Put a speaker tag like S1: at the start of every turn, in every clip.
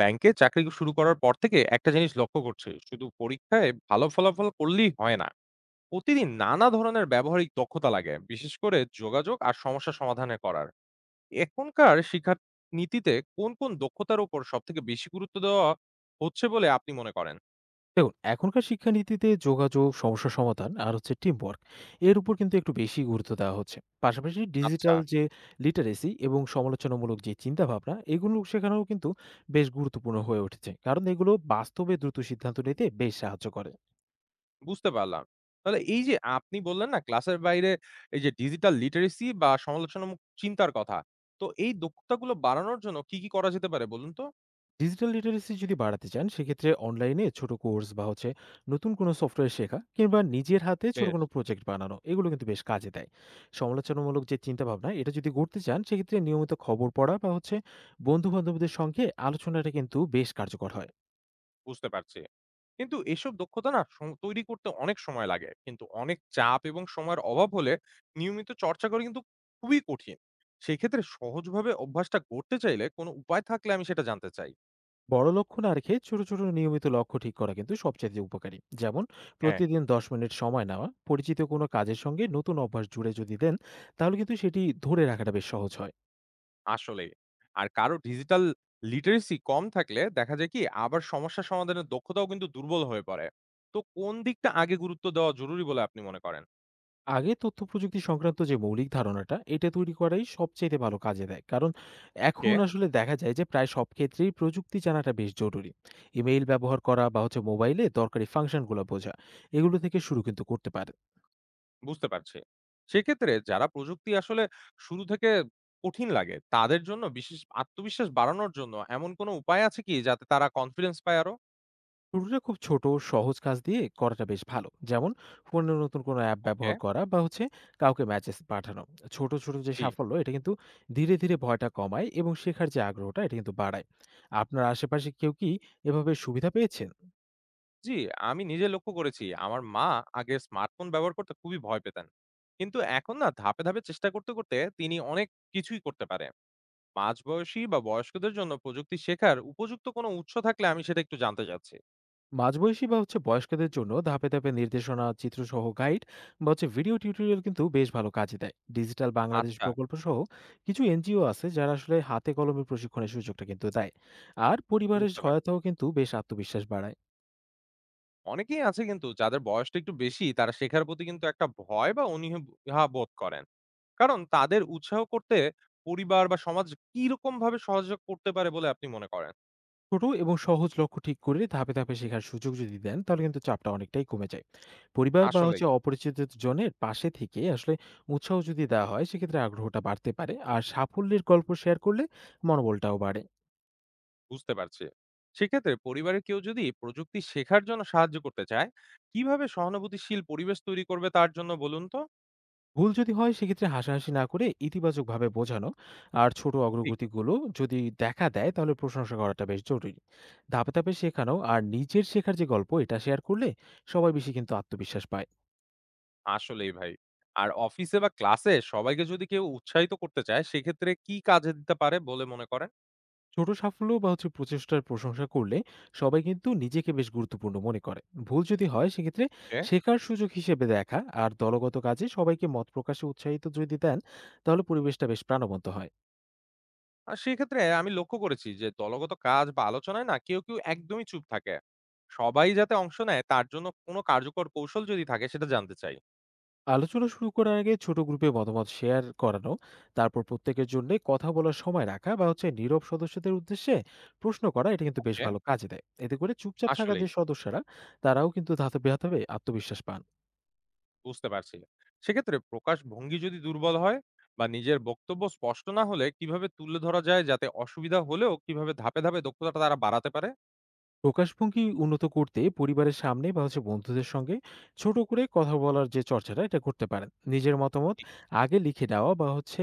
S1: ব্যাংকে চাকরি শুরু করার পর থেকে একটা জিনিস লক্ষ্য করছি, শুধু পরীক্ষায় ভালো ফলাফল করলেই হয় না। প্রতিদিন নানা ধরনের ব্যবহারিক দক্ষতা লাগে, বিশেষ করে যোগাযোগ আর সমস্যা সমাধানে করার। এখনকার শিক্ষা নীতিতে কোন কোন দক্ষতার উপর সব থেকে বেশি গুরুত্ব দেওয়া হচ্ছে বলে আপনি মনে করেন?
S2: দেখুন এখনকার শিক্ষানীতিতে যোগাযোগ, সমস্যা সমাধান আর টিমওয়ার্ক এর উপর কিন্তু একটু বেশি গুরুত্ব দেওয়া হচ্ছে। পাশাপাশি
S1: আচ্ছা।
S2: ডিজিটাল যে লিটারেসি এবং সমালোচনামূলক যে চিন্তাভাবনা এগুলো শেখানোও কিন্তু বেশ গুরুত্বপূর্ণ হয়ে উঠেছে। কারণ এগুলো বাস্তবে দ্রুত সিদ্ধান্ত নিতে বেশ সাহায্য করে।
S1: বুঝতে পারলাম। তাহলে এই যে আপনি বললেন না, ক্লাসের বাইরে এই যে ডিজিটাল লিটারেসি বা সমালোচনামূলক চিন্তার কথা, তো এই দক্ষতাগুলো বাড়ানোর জন্য কি কি করা যেতে পারে বলুন তো।
S2: ডিজিটাল লিটারেসি যদি বাড়াতে চান সেক্ষেত্রে অনলাইনে ছোট কোর্স বা নতুন কোনো সফটওয়্যার শেখা কিংবা নিজের হাতে ছোট
S1: বেশ।
S2: কোনো প্রজেক্ট বানানো এগুলো কিন্তু বেশ কাজে দেয়। সমালোচনামূলক যে চিন্তাভাবনা এটা যদি গড়তে চান সেক্ষেত্রে নিয়মিত খবর পড়া বা বন্ধু বান্ধবদের সঙ্গে আলোচনাটা কিন্তু বেশ কার্যকর হয়।
S1: বুঝতে পারছি। কিন্তু এসব দক্ষতা না সং তৈরি করতে অনেক সময় লাগে। কিন্তু অনেক চাপ এবং সময়ের অভাব হলে নিয়মিত চর্চা করা কিন্তু খুবই কঠিন। সেক্ষেত্রে সহজভাবে অভ্যাসটা গড়তে চাইলে কোনো উপায় থাকলে আমি সেটা জানতে চাই।
S2: বড় লক্ষ্য না রেখে ছোট ছোট নিয়মিত লক্ষ্য ঠিক করা কিন্তু সবচেয়ে উপকারী, যেমন
S1: হ্যাঁ,
S2: প্রতিদিন 10 মিনিট সময় নেওয়া, পরিচিত কোনো কাজের সঙ্গে নতুন অভ্যাস জুড়ে যদি দেন তাহলে কিন্তু সেটি ধরে রাখাটা বেশ সহজ হয়।
S1: আসলেই। আর কারো ডিজিটাল লিটারেসি কম থাকলে দেখা যায় কি, আবার সমস্যা সমাধানের দক্ষতাও কিন্তু দুর্বল হয়ে পড়ে। তো কোন দিকটা আগে গুরুত্ব দেওয়া জরুরি বলে আপনি মনে করেন?
S2: আগে তথ্য প্রযুক্তি সংক্রান্ত যে মৌলিক ধারণাটা, এটা তৈরি করাই সবচাইতে ভালো কাজে দেয়। কারণ
S1: ওকে।
S2: এখন আসলে দেখা যায় যে প্রায় সব ক্ষেত্রেই প্রযুক্তি জানাটা বেশ জরুরি। ইমেইল ব্যবহার করা বা মোবাইলে দরকারি ফাংশনগুলো বোঝা, এগুলো থেকে শুরু কিন্তু করতে পারেন।
S1: বুঝতে পারছি। সেক্ষেত্রে যারা প্রযুক্তি আসলে শুরু থেকে কঠিন লাগে, তাদের জন্য বিশেষ আত্মবিশ্বাস বাড়ানোর জন্য এমন কোনো উপায় আছে কি যাতে তারা কনফিডেন্স পায় আরো?
S2: শুরুটা খুব ছোট, সহজ কাজ দিয়ে করাটা বেশ ভালো। যেমন ফোনে নতুন কোনো অ্যাপ
S1: ওকে।
S2: ব্যবহার করা বা কাউকে মেসেজ পাঠানো। ছোট, ছোট যে
S1: জি,
S2: সাফল্য এটা কিন্তু ধীরে, ধীরে ভয়টা কমায় এবং শেখার যে আগ্রহটা এটা কিন্তু বাড়ায়। আপনার আশেপাশে কেউ কি এভাবে সুবিধা পেয়েছেন?
S1: জি, আমি নিজে লক্ষ্য করেছি আমার মা আগে স্মার্টফোন ব্যবহার করতে খুবই ভয় পেতেন। কিন্তু এখন না ধাপে, ধাপে চেষ্টা করতে, করতে তিনি অনেক কিছুই করতে পারে। মাঝবয়সী বা বয়স্কদের জন্য প্রযুক্তি শেখার উপযুক্ত কোনো উৎস থাকলে আমি সেটা একটু জানতে চাচ্ছি।
S2: মাঝবয়সী বা বয়স্কদের জন্য ধাপে ধাপে নির্দেশনা, চিত্রসহ গাইড বা ভিডিও টিউটোরিয়াল কিন্তু বেশ ভালো কাজে দেয়। ডিজিটাল বাংলাদেশ
S1: আচ্ছা,
S2: প্রকল্প সহ কিছু এনজিও আছে যারা আসলে হাতে কলমে প্রশিক্ষণের সুযোগটা কিন্তু দেয়, আর পরিবারের
S1: বুঝতে পারছি।
S2: সহায়তাও কিন্তু বেশ আত্মবিশ্বাস বাড়ায়।
S1: অনেকেই আছে কিন্তু যাদের বয়সটা একটু বেশি, তারা শেখার প্রতি কিন্তু একটা ভয় বা অনীহা বোধ করেন। কারণ তাদের উৎসাহ করতে পরিবার বা সমাজ কিরকম ভাবে সহযোগ করতে পারে বলে আপনি মনে করেন?
S2: ছোট এবং সহজ লক্ষ্য ঠিক করে ধাপে ধাপে শেখার সুযোগ যদি দেন তাহলে কিন্তু চাপটা অনেকটাই কমে যায়। পরিবার বা
S1: আসলে
S2: হচ্ছে অপরিচিত জনের পাশে থেকে আসলে উৎসাহ যদি দেওয়া হয় সেক্ষেত্রে আগ্রহটা বাড়তে পারে, আর সাফল্যের গল্প শেয়ার করলে মনোবলটাও বাড়ে।
S1: বুঝতে পারছি। সেক্ষেত্রে পরিবারের কেউ যদি প্রযুক্তি শেখার জন্য সাহায্য করতে চায়, কিভাবে সহানুভূতিশীল পরিবেশ তৈরি করবে তার জন্য বলুন তো।
S2: ভুল যদি হয় সেক্ষেত্রে হাসাহাসি না করে ইতিবাচকভাবে বোঝানো আর ছোট
S1: ঠিক।
S2: অগ্রগতিগুলো যদি দেখা দেয় তাহলে প্রশংসা করাটা বেশ জরুরি। ধাপে ধাপে শেখানো আর নিজের শেখার যে গল্প এটা শেয়ার করলে সবাই বেশি কিন্তু আত্মবিশ্বাস পায়।
S1: আসলেই ভাই। আর অফিসে বা ক্লাসে সবাইকে যদি কেউ উৎসাহিত করতে চায়, সেক্ষেত্রে কি কাজে দিতে পারে বলে মনে করেন?
S2: ছোট সাফল্য বা প্রচেষ্টার প্রশংসা করলে সবাই কিন্তু নিজেকে বেশ গুরুত্বপূর্ণ মনে করে। ভুল যদি হয় সেক্ষেত্রে
S1: ওকে।
S2: শেখার সুযোগ হিসেবে দেখা আর দলগত কাজে সবাইকে মত প্রকাশে উৎসাহিত যদি দেন তাহলে পরিবেশটা বেশ প্রাণবন্ত হয়।
S1: আ সেক্ষেত্রে আমি লক্ষ্য করেছি যে দলগত কাজ বা আলোচনায় না কেউ, কেউ একদমই চুপ থাকে। সবাই যাতে অংশ নেয় তার জন্য কোনো কার্যকর কৌশল যদি থাকে সেটা জানতে চাই।
S2: আলোচনা শুরু করার আগে ছোট গ্রুপে মতামত শেয়ার করানো, তারপর প্রত্যেকের জন্য কথা বলার সময় রাখা বা নীরব সদস্যদের উদ্দেশ্যে প্রশ্ন করা, এটা কিন্তু বেশ
S1: ওকে।
S2: ভালো কাজে দেয়। এতে করে চুপচাপ থাকা
S1: আসলেই।
S2: যে সদস্যরা, তারাও কিন্তু ধাপে ধাপে আত্মবিশ্বাস পান।
S1: বুঝতে পারছি। সেক্ষেত্রে প্রকাশ ভঙ্গি যদি দুর্বল হয় বা নিজের বক্তব্য স্পষ্ট না হলে কিভাবে তুলে ধরা যায়, যাতে অসুবিধা হলেও কিভাবে ধাপে, ধাপে দক্ষতাটা তারা বাড়াতে পারে?
S2: প্রকাশভঙ্গি উন্নত করতে পরিবারের সামনে বা বন্ধুদের সঙ্গে ছোট করে কথা বলার যে চর্চাটা এটা করতে পারেন। নিজের মতামত
S1: ঠিক।
S2: আগে লিখে নেওয়া বা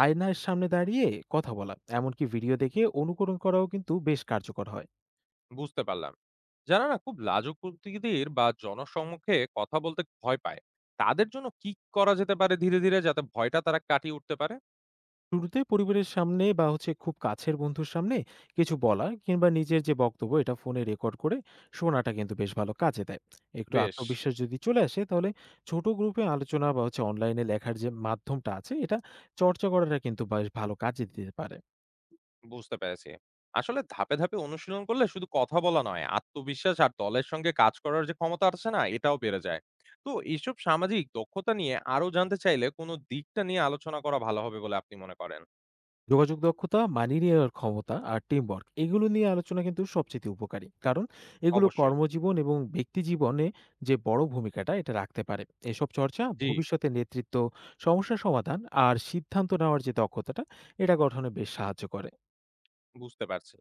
S2: আয়নার সামনে দাঁড়িয়ে কথা বলা, এমনকি ভিডিও দেখে অনুকরণ করাও কিন্তু বেশ কার্যকর হয়।
S1: বুঝতে পারলাম। যারা না খুব লাজুক প্রকৃতির বা জনসম্মুখে কথা বলতে ভয় পায়, তাদের জন্য কি করা যেতে পারে ধীরে, ধীরে যাতে ভয়টা তারা কাটিয়ে উঠতে পারে?
S2: শুরুতে পরিবারের সামনে বা খুব কাছের বন্ধুর সামনে কিছু বলা কিংবা নিজের যে বক্তব্য এটা ফোনে রেকর্ড করে শোনাটা কিন্তু বেশ ভালো কাজে দেয়। একটু
S1: বেশ,
S2: আত্মবিশ্বাস যদি চলে আসে তাহলে ছোট গ্রুপে আলোচনা বা অনলাইনে লেখার যে মাধ্যমটা আছে এটা চর্চা করাটা কিন্তু বেশ ভালো কাজে দিতে পারে।
S1: বুঝতে পেরেছি। আসলে ধাপে, ধাপে অনুশীলন করলে শুধু কথা বলা নয়, আত্মবিশ্বাস আর দলের সঙ্গে কাজ করার যে ক্ষমতা আছে না, এটাও বেড়ে যায়। তো এইসব সামাজিক দক্ষতা নিয়ে আরো জানতে চাইলে কোন দিকটা নিয়ে আলোচনা করা ভালো হবে বলে আপনি মনে করেন?
S2: যোগাযোগ দক্ষতা, মানিয়ে নেওয়ার ক্ষমতা আর টিমওয়ার্ক এগুলো নিয়ে আলোচনা কিন্তু সবচেয়ে উপকারী। কারণ এগুলো
S1: অবশ্যই।
S2: কর্মজীবন এবং ব্যক্তিজীবনে যে বড় ভূমিকাটা এটা রাখতে পারে। এসব চর্চা
S1: জি,
S2: ভবিষ্যতে নেতৃত্ব, সমস্যা সমাধান আর সিদ্ধান্ত নেওয়ার যে দক্ষতাটা এটা গঠনে বেশ সাহায্য করে।
S1: বুঝতে পারছি।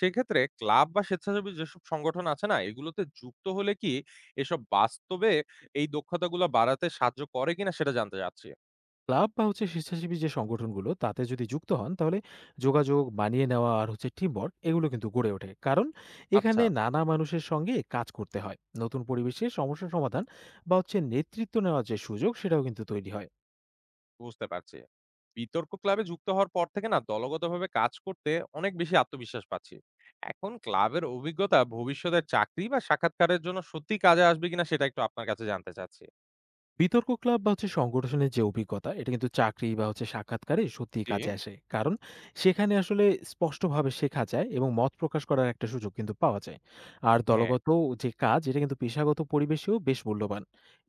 S1: সেক্ষেত্রে ক্লাব বা স্বেচ্ছাসেবী যেসব সংগঠন আছে না, এগুলোতে যুক্ত হলে কি এসব বাস্তবে এই দক্ষতাগুলো বাড়াতে সাহায্য করে কিনা সেটা জানতে চাচ্ছি।
S2: ক্লাব বা স্বেচ্ছাসেবী যে সংগঠনগুলো তাতে যদি যুক্ত হন তাহলে যোগাযোগ, মানিয়ে নেওয়া আর টিমওয়ার্ক এগুলো কিন্তু গড়ে ওঠে। কারণ
S1: আচ্ছা।
S2: এখানে নানা মানুষের সঙ্গে কাজ করতে হয়, নতুন পরিবেশে সমস্যা সমাধান বা নেতৃত্ব নেওয়ার যে সুযোগ সেটাও কিন্তু তৈরি হয়।
S1: বুঝতে পারছি। বিতর্ক ক্লাবে যুক্ত হওয়ার পর থেকে না দলগতভাবে কাজ করতে অনেক বেশি আত্মবিশ্বাস পাচ্ছি। এখন ক্লাবের অভিজ্ঞতা ভবিষ্যতের চাকরি বা সাক্ষাৎকারের জন্য সত্যিই কাজে আসবে কিনা সেটা একটু আপনার কাছে জানতে চাচ্ছি।
S2: বিতর্ক ক্লাব বা সংগঠনের যে অভিজ্ঞতা এটা কিন্তু চাকরি বা সাক্ষাৎকারে সত্যিই
S1: জি।
S2: কাজে আসে। কারণ সেখানে আসলে স্পষ্টভাবে শেখা যায় এবং মত প্রকাশ করার একটা সুযোগ কিন্তু পাওয়া যায়। আর
S1: হ্যাঁ,
S2: দলগত যে কাজ এটা কিন্তু পেশাগত পরিবেশেও বেশ মূল্যবান।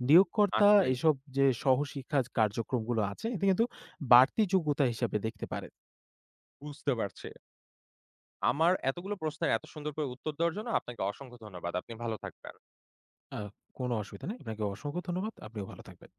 S2: নিয়োগকর্তা
S1: আসলেই।
S2: এসব যে সহশিক্ষা কার্যক্রমগুলো আছে এটা কিন্তু বাড়তি যোগ্যতা হিসাবে দেখতে পারে।
S1: বুঝতে পারছি। আমার এতগুলো প্রশ্নের এত সুন্দর করে উত্তর দেওয়ার জন্য আপনাকে অসংখ্য ধন্যবাদ। আপনি ভালো থাকবেন।
S2: আহ, কোনো অসুবিধা নেই। আপনাকে অসংখ্য ধন্যবাদ, আপনিও ভালো থাকবেন।